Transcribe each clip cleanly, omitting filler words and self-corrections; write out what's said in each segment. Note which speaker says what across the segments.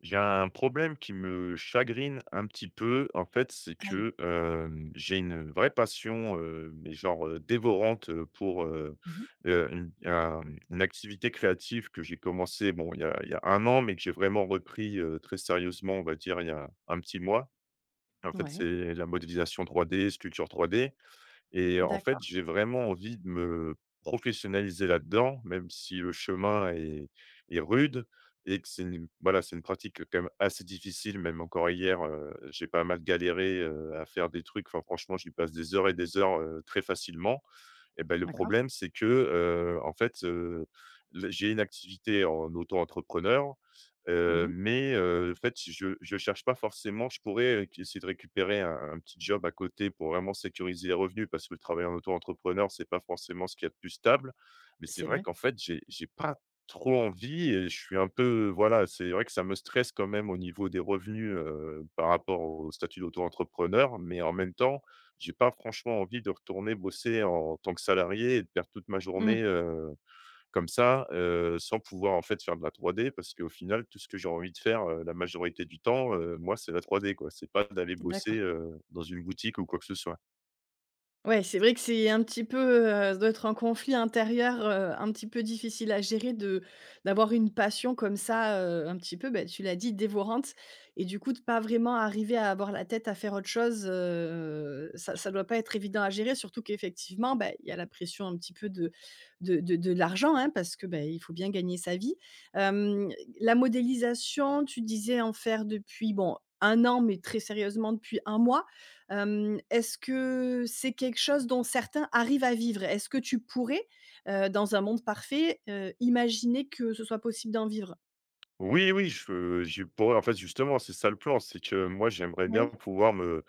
Speaker 1: J'ai un problème qui me chagrine un petit peu, en fait, c'est
Speaker 2: Aïe.
Speaker 1: que, j'ai une vraie passion, mais genre, dévorante, pour,
Speaker 2: Mmh.
Speaker 1: heu, une un une activité créative que j'ai commencé, bon, il y a 1 an, mais que j'ai vraiment repris, très sérieusement, on va dire, il y a un petit mois. En fait,
Speaker 2: Ouais.
Speaker 1: c'est la modélisation 3D, sculpture 3D. Et en fait,
Speaker 2: D'accord,
Speaker 1: j'ai vraiment envie de me professionnaliser là-dedans, même si le chemin est rude et que c'est une voilà, c'est une pratique quand même assez difficile. Même encore hier, j'ai pas mal galéré, à faire des trucs. Enfin franchement, j'y passe des heures et des heures, très facilement. Et ben le
Speaker 2: d'accord.
Speaker 1: problème, c'est que, en fait, le j'ai une activité en auto-entrepreneur,
Speaker 2: Mmh.
Speaker 1: mais, en fait, je cherche pas forcément je pourrais, essayer de récupérer un petit job à côté pour vraiment sécuriser les revenus parce que le travail en auto-entrepreneur, c'est pas forcément ce qu'il y a de plus stable. Mais c'est
Speaker 2: C'est
Speaker 1: vrai
Speaker 2: vrai.
Speaker 1: qu'en fait, j'ai pas trop envie et je suis un peu voilà, c'est vrai que ça me stresse quand même au niveau des revenus, par rapport au statut d'auto-entrepreneur, mais en même temps j'ai pas franchement envie de retourner bosser en tant que salarié et de perdre toute ma
Speaker 2: Mmh.
Speaker 1: journée, comme ça, sans pouvoir en fait faire de la 3D parce qu'au final tout ce que j'ai envie de faire, la majorité du temps, moi c'est la 3D quoi. C'est pas d'aller bosser,
Speaker 2: D'accord.
Speaker 1: dans une boutique ou quoi que ce soit.
Speaker 2: Ouais, c'est vrai que c'est un petit peu, ça doit être un conflit intérieur, un petit peu difficile à gérer de d'avoir une passion comme ça, un petit peu, beh, tu l'as dit, dévorante et du coup de pas vraiment arriver à avoir la tête à faire autre chose, ça doit pas être évident à gérer, surtout qu'effectivement, bah, il y a la pression un petit peu de l'argent, hein, parce que, beh, il faut bien gagner sa vie. Hem, la modélisation, tu disais en faire depuis, bon, 1 an, mais très sérieusement depuis 1 mois. Est-ce que c'est quelque chose dont certains arrivent à vivre? Est-ce que tu pourrais, dans un monde parfait, imaginer que ce soit possible d'en vivre?
Speaker 1: Oui, oui, je j'ai pour en fait justement c'est ça le plan, c'est que moi j'aimerais bien
Speaker 2: Oui?
Speaker 1: pouvoir me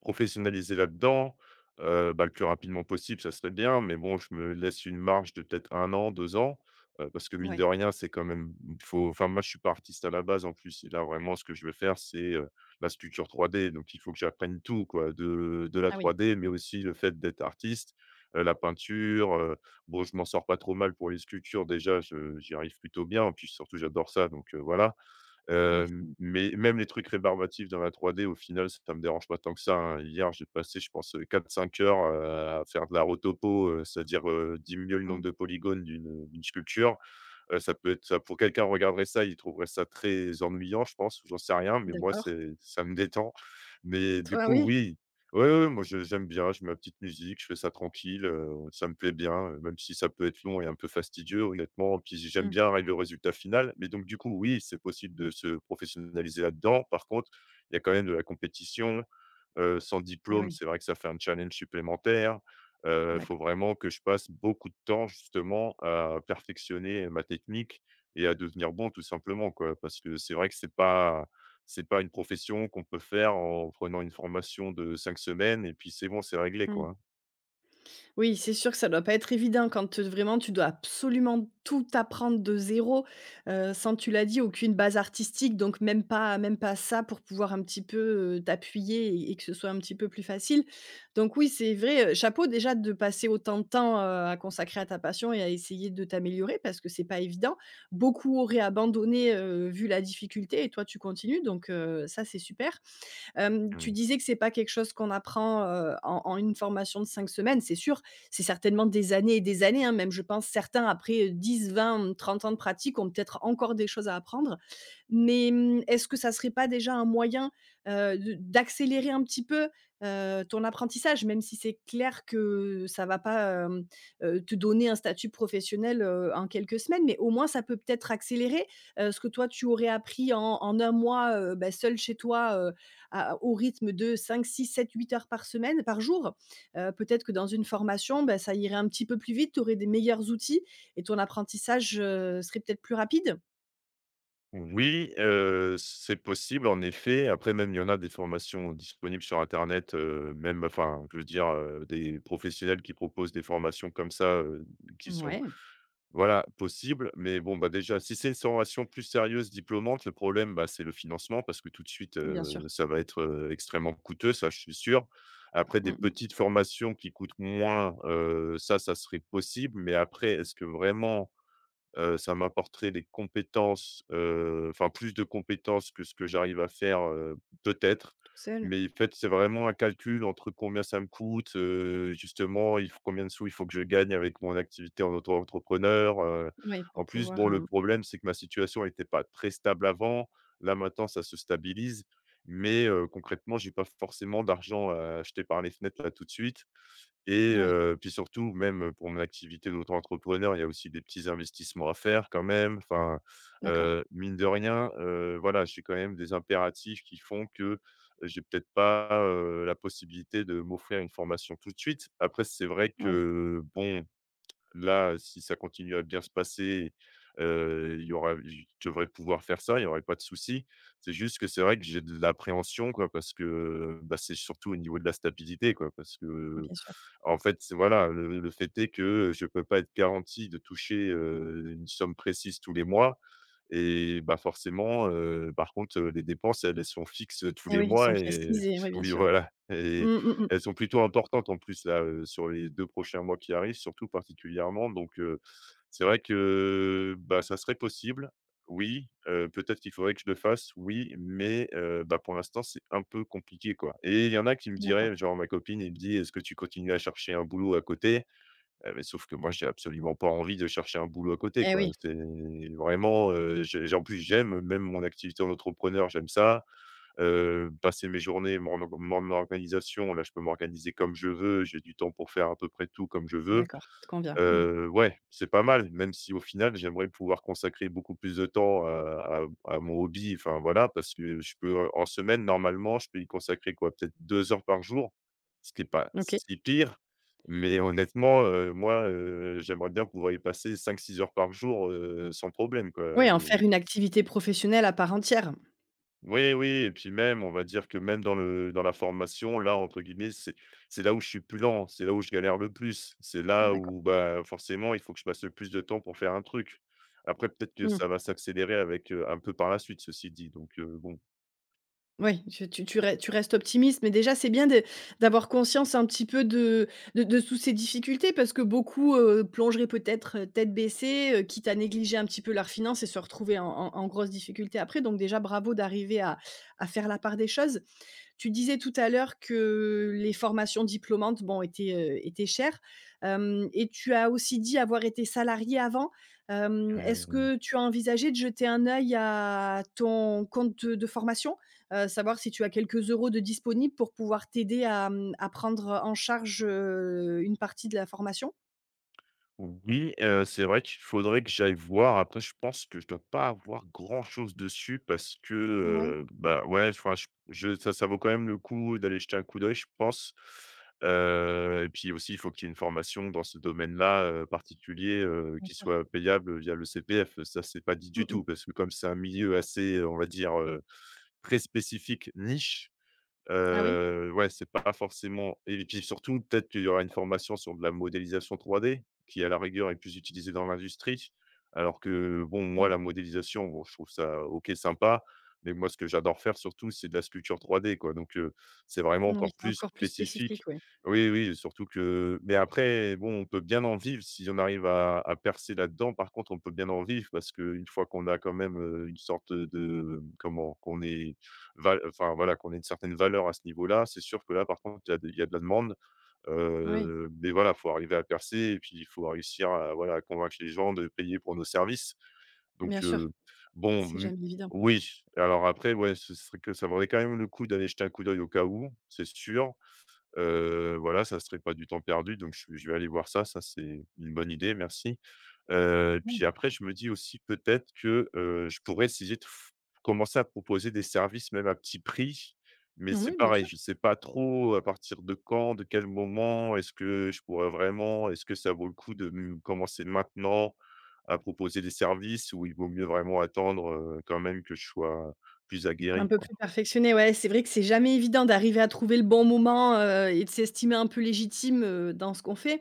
Speaker 1: professionnaliser là-dedans, bah, le plus rapidement possible, ça serait bien, mais bon, je me laisse une marge de peut-être un an, 2 ans, parce que mine
Speaker 2: Oui.
Speaker 1: de rien, c'est quand même il faut enfin, moi, je suis pas artiste à la base, en plus et là, vraiment, ce que je veux faire, c'est, la sculpture 3D, donc il faut que j'apprenne tout, quoi, de la
Speaker 2: Ah oui.
Speaker 1: 3D, mais aussi le fait d'être artiste, la peinture, bon, je m'en sors pas trop mal pour les sculptures, déjà, je j'y arrive plutôt bien, puis surtout, j'adore ça, donc voilà.
Speaker 2: Ouais, c'est
Speaker 1: Mais même les trucs rébarbatifs dans la trois d au final, ça me dérange pas tant que ça, hein. Hier, j'ai passé, je pense, 4-5 heures, à faire de la rotopo, c'est-à-dire, diminuer le nombre
Speaker 2: mmh.
Speaker 1: de polygones d'une sculpture. Ça peut être ça pour quelqu'un regarderait ça, il trouverait ça très ennuyant, je pense, ou j'en sais rien, mais moi
Speaker 2: D'accord.
Speaker 1: c'est ça me détend. Mais du
Speaker 2: Toi,
Speaker 1: coup,
Speaker 2: oui?
Speaker 1: oui, ouais, ouais, moi je j'aime bien, je mets ma petite musique, je fais ça tranquille, ça me plaît bien, même si ça peut être long et un peu fastidieux honnêtement. Puis j'aime
Speaker 2: Mmh.
Speaker 1: bien arriver au résultat final, mais donc du coup, oui, c'est possible de se professionnaliser là-dedans. Par contre, il y a quand même de la compétition. Sans
Speaker 2: Eh
Speaker 1: diplôme,
Speaker 2: oui.
Speaker 1: c'est vrai que ça fait un challenge supplémentaire. Il faut
Speaker 2: D'accord.
Speaker 1: vraiment que je passe beaucoup de temps justement à perfectionner ma technique et à devenir bon tout simplement, quoi. Parce que c'est vrai que c'est pas une profession qu'on peut faire en prenant une formation de 5 semaines et puis c'est bon, c'est réglé,
Speaker 2: Mmh.
Speaker 1: quoi, hein.
Speaker 2: Oui, c'est sûr que ça doit pas être évident quand, vraiment tu dois absolument tout apprendre de zéro, sans tu l'as dit, aucune base artistique, donc même pas ça pour pouvoir un petit peu, t'appuyer et que ce soit un petit peu plus facile. Donc oui, c'est vrai, chapeau déjà de passer autant de temps, à consacrer à ta passion et à essayer de t'améliorer parce que c'est pas évident. Beaucoup auraient abandonné, vu la difficulté et toi tu continues donc, ça c'est super. Tu
Speaker 1: Mmh.
Speaker 2: disais que c'est pas quelque chose qu'on apprend, en une formation de 5 semaines, c'est sûr. C'est certainement des années et des années, hein, même je pense certains après, 10-20, ans de pratique ont peut-être encore des choses à apprendre. Mais, est-ce que ça serait pas déjà un moyen, de d'accélérer un petit peu, ton apprentissage? Même si c'est clair que ça va pas, te donner un statut professionnel, en quelques semaines, mais au moins ça peut peut-être accélérer, ce que toi tu aurais appris en 1 mois, bah, seule chez toi, à au rythme de 5, 6, 7, 8 heures par semaine par jour. Peut-être que dans une formation, bah, ça irait un petit peu plus vite, tu aurais des meilleurs outils et ton apprentissage, serait peut-être plus rapide?
Speaker 1: Oui, c'est possible en effet. Après même, il y en a des formations disponibles sur internet, même enfin, je veux dire, des professionnels qui proposent des formations comme ça, qui sont
Speaker 2: Ouais,
Speaker 1: voilà, possible, mais bon, bah, déjà, si c'est une formation plus sérieuse, diplômante, le problème, bah, c'est le financement parce que tout de suite,
Speaker 2: bien sûr.
Speaker 1: ça va être, extrêmement coûteux, ça, je suis sûr. Après des
Speaker 2: Mmh mh.
Speaker 1: petites formations qui coûtent moins, ça, ça serait possible, mais après, est-ce que vraiment ça m'apporterait des compétences, enfin plus de compétences que ce que j'arrive à faire, peut-être.
Speaker 2: Tout seul?
Speaker 1: Mais en fait, c'est vraiment un calcul entre combien ça me coûte, justement, il faut combien de sous il faut que je gagne avec mon activité en auto-entrepreneur.
Speaker 2: Oui, pour
Speaker 1: En plus,
Speaker 2: pouvoir,
Speaker 1: bon, le
Speaker 2: hem
Speaker 1: problème, c'est que ma situation n'était pas très stable avant. Là, maintenant, ça se stabilise, mais concrètement, j'ai pas forcément d'argent à jeter par les fenêtres là tout de suite. Et
Speaker 2: oui,
Speaker 1: puis surtout, même pour mon activité d'auto-entrepreneur, il y a aussi des petits investissements à faire quand même. Enfin,
Speaker 2: d'accord,
Speaker 1: mine de rien, voilà, j'ai quand même des impératifs qui font que j'ai peut-être pas, la possibilité de m'offrir une formation tout de suite. Après, c'est vrai
Speaker 2: oui,
Speaker 1: que, bon, là, si ça continue à bien se passer, il y aura je devrais pouvoir faire ça, il y aurait pas de souci. C'est juste que c'est vrai que j'ai de l'appréhension, quoi, parce que, bah, c'est surtout au niveau de la stabilité, quoi, parce que
Speaker 2: bien sûr.
Speaker 1: en fait, c'est voilà, le fait est que, je peux pas être garanti de toucher, une somme précise tous les mois et bah, forcément, par contre, les dépenses, elles, elles sont fixes, tous
Speaker 2: Eh
Speaker 1: les
Speaker 2: oui, elles sont
Speaker 1: mois et
Speaker 2: précises et oui, bien
Speaker 1: oui,
Speaker 2: sûr.
Speaker 1: voilà
Speaker 2: Mmh,
Speaker 1: et
Speaker 2: mmh mh.
Speaker 1: elles sont plutôt importantes en plus là, sur les 2 prochains mois qui arrivent, surtout particulièrement donc c'est vrai que, bah, ça serait possible, oui, peut-être qu'il faudrait que je le fasse, oui, mais bah, pour l'instant, c'est un peu compliqué, quoi et il y en a qui me
Speaker 2: D'accord.
Speaker 1: diraient, genre ma copine, elle me dit: «Est-ce que tu continues à chercher un boulot à côté?» Mais sauf que moi, j'ai absolument pas envie de chercher un boulot à côté,
Speaker 2: Eh
Speaker 1: quoi.
Speaker 2: oui,
Speaker 1: C'est vraiment, j'ai en plus, j'aime même mon activité en entrepreneur, j'aime ça. Passer mes journées, mon organisation, là, je peux m'organiser comme je veux, j'ai du temps pour faire à peu près tout comme je veux.
Speaker 2: d'accord, ça te convient. Mmh.
Speaker 1: Ouais, c'est pas mal, même si au final, j'aimerais pouvoir consacrer beaucoup plus de temps à mon hobby, enfin voilà, parce que je peux, en semaine, normalement, je peux y consacrer quoi, peut-être 2 heures par jour, ce qui est pas
Speaker 2: OK.
Speaker 1: si pire, mais honnêtement, moi, j'aimerais bien pouvoir y passer 5, 6 heures par jour, sans problème quoi.
Speaker 2: Oui, en faire une activité professionnelle à part entière.
Speaker 1: Oui, oui et puis même, on va dire que même dans la formation, là, entre guillemets, c'est là où je suis plus lent, c'est là où je galère le plus. C'est là
Speaker 2: D'accord.
Speaker 1: où, bah, forcément, il faut que je passe le plus de temps pour faire un truc. Après, peut-être que
Speaker 2: Mmh.
Speaker 1: ça va s'accélérer avec, un peu par la suite, ceci dit, donc bon.
Speaker 2: Oui, tu restes optimiste, mais déjà, c'est bien de d'avoir conscience un petit peu de toutes ces difficultés parce que beaucoup, plongeraient peut-être, tête baissée, quitte à négliger un petit peu leurs finances et se retrouver en grosse difficulté après. Donc déjà, bravo d'arriver à faire la part des choses. Tu disais tout à l'heure que les formations diplômantes, bon, étaient chères, hem et tu as aussi dit avoir été salarié avant. Est-ce
Speaker 1: Mmh.
Speaker 2: que tu as envisagé de jeter un œil à ton compte de formation? Savoir si tu as quelques euros de disponibles pour pouvoir t'aider à prendre en charge, une partie de la formation?
Speaker 1: Oui, c'est vrai qu'il faudrait que j'aille voir. Après, je pense que je dois pas avoir grand-chose dessus parce que,
Speaker 2: Ouais,
Speaker 1: bah, ouais, enfin, je ça vaut quand même le coup d'aller jeter un coup d'œil, je pense. Et puis aussi, il faut qu'il y ait une formation dans ce domaine-là, particulier,
Speaker 2: bien
Speaker 1: qui
Speaker 2: sûr.
Speaker 1: soit payable via le CPF. Ça, c'est pas dit
Speaker 2: Mmh
Speaker 1: du
Speaker 2: mh.
Speaker 1: tout parce que comme c'est un milieu assez, on va dire, très spécifique, niche.
Speaker 2: Ah oui?
Speaker 1: Ouais, c'est pas forcément et puis surtout, peut-être qu'il y aura une formation sur de la modélisation 3D qui, à la rigueur, est plus utilisée dans l'industrie. Alors que bon,
Speaker 2: Mmh.
Speaker 1: moi, la modélisation, bon, je trouve ça OK, sympa, mais moi, ce que j'adore faire surtout, c'est de la sculpture 3D, quoi. Donc c'est vraiment
Speaker 2: Oui,
Speaker 1: encore
Speaker 2: c'est
Speaker 1: plus
Speaker 2: encore plus spécifique,
Speaker 1: spécifique.
Speaker 2: oui.
Speaker 1: Oui, oui, surtout que mais après, bon, on peut bien en vivre si on arrive à percer là-dedans. Par contre, on peut bien en vivre parce qu'une fois qu'on a quand même, une sorte de comment? Qu'on est val enfin voilà, qu'on ait une certaine valeur à ce niveau-là. C'est sûr que là, par contre, il y a de la demande,
Speaker 2: Oui,
Speaker 1: mais voilà, faut arriver à percer et puis il faut réussir à voilà, à convaincre les gens de payer pour nos services.
Speaker 2: bien
Speaker 1: Donc
Speaker 2: sûr,
Speaker 1: bon,
Speaker 2: c'est
Speaker 1: mmh,
Speaker 2: jamais évident.
Speaker 1: oui, alors après, ouais, ce serait que ça vaudrait quand même le coup d'aller jeter un coup d'œil au cas où, c'est sûr. Voilà, ça serait pas du temps perdu, donc je vais aller voir ça, ça c'est une bonne idée, merci. Et
Speaker 2: Ouais.
Speaker 1: puis après je me dis aussi peut-être que, je pourrais essayer de f commencer à proposer des services même à petit prix, mais
Speaker 2: Oui,
Speaker 1: c'est
Speaker 2: bien
Speaker 1: pareil,
Speaker 2: sûr.
Speaker 1: je ne sais pas trop à partir de quand, de quel moment, est-ce que je pourrais vraiment est-ce que ça vaut le coup de me commencer maintenant à proposer des services ou il vaut mieux vraiment attendre, quand même que je sois plus
Speaker 2: Un
Speaker 1: aguerri?
Speaker 2: peu plus perfectionné, ouais, c'est vrai que c'est jamais évident d'arriver à trouver le bon moment, et de s'estimer un peu légitime, dans ce qu'on fait.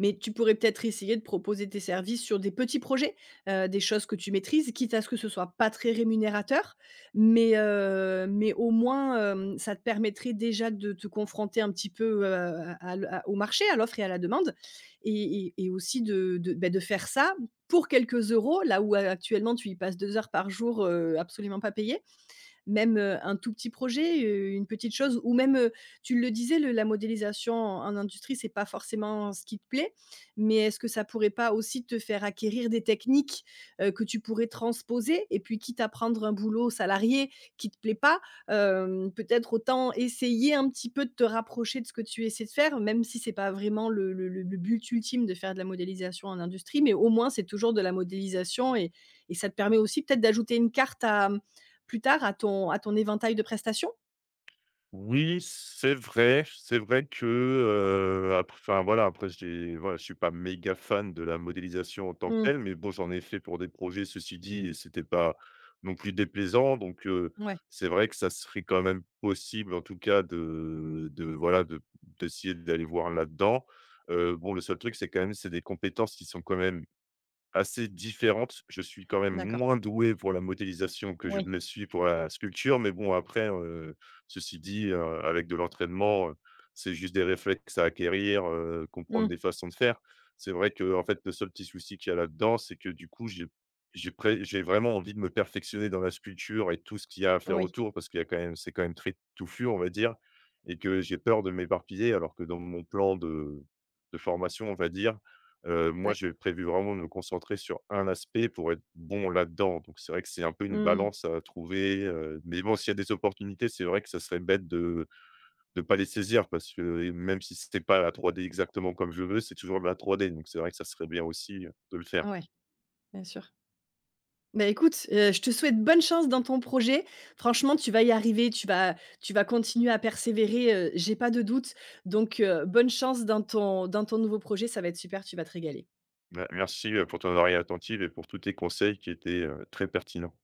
Speaker 2: Mais tu pourrais peut-être essayer de proposer tes services sur des petits projets, des choses que tu maîtrises, quitte à ce que ce soit pas très rémunérateur, mais au moins, ça te permettrait déjà de te confronter un petit peu, à l à au marché, à l'offre et à la demande et aussi de faire ça pour quelques euros, là où actuellement tu y passes 2 heures par jour, absolument pas payé même un tout petit projet, une petite chose ou même, tu le disais le la modélisation en industrie, c'est pas forcément ce qui te plaît, mais est-ce que ça pourrait pas aussi te faire acquérir des techniques, que tu pourrais transposer? Et puis quitte à prendre un boulot salarié qui te plaît pas, peut-être autant essayer un petit peu de te rapprocher de ce que tu essaies de faire, même si c'est pas vraiment le but ultime de faire de la modélisation en industrie, mais au moins c'est toujours de la modélisation et ça te permet aussi peut-être d'ajouter une carte à plus tard à ton éventail de prestations?
Speaker 1: Oui, c'est vrai. C'est vrai que, après enfin, voilà, je suis pas méga fan de la modélisation en tant que
Speaker 2: Mmh.
Speaker 1: telle, mais bon, j'en ai fait pour des projets, ceci dit et c'était pas non plus déplaisant donc
Speaker 2: Ouais,
Speaker 1: c'est vrai que ça serait quand même possible, en tout cas, de voilà, de d'essayer d'aller voir là-dedans. Bon, le seul truc, c'est quand même, c'est des compétences qui sont quand même assez différentes. Je suis quand même
Speaker 2: d'accord.
Speaker 1: moins doué pour la modélisation que je
Speaker 2: Oui.
Speaker 1: ne le suis pour la sculpture, mais bon après, ceci dit, avec de l'entraînement, c'est juste des réflexes à acquérir, comprendre
Speaker 2: Mmh.
Speaker 1: des façons de faire. C'est vrai que en fait, le seul petit souci qu'il y a là-dedans, c'est que du coup, j'ai vraiment envie de me perfectionner dans la sculpture et tout ce qu'il y a à faire
Speaker 2: Oui,
Speaker 1: autour parce qu'il y a quand même c'est quand même très touffu, on va dire et que j'ai peur de m'éparpiller alors que dans mon plan de formation, on va dire, moi,
Speaker 2: d'accord.
Speaker 1: j'ai prévu vraiment de me concentrer sur un aspect pour être bon là-dedans. Donc c'est vrai que c'est un peu une
Speaker 2: Mmh.
Speaker 1: balance à trouver, mais bon, s'il y a des opportunités, c'est vrai que ça serait bête de ne pas les saisir parce que même si c'était pas la 3D exactement comme je veux, c'est toujours de la 3D. Donc c'est vrai que ça serait bien aussi, de le faire.
Speaker 2: Ouais. Bien sûr. Bah, écoute, je te souhaite bonne chance dans ton projet. Franchement, tu vas y arriver, tu vas continuer à persévérer, j'ai pas de doute. Donc, bonne chance dans ton nouveau projet, ça va être super, tu vas te régaler.
Speaker 1: Me merci, pour ton oreille attentive et pour tous tes conseils qui étaient, très pertinents.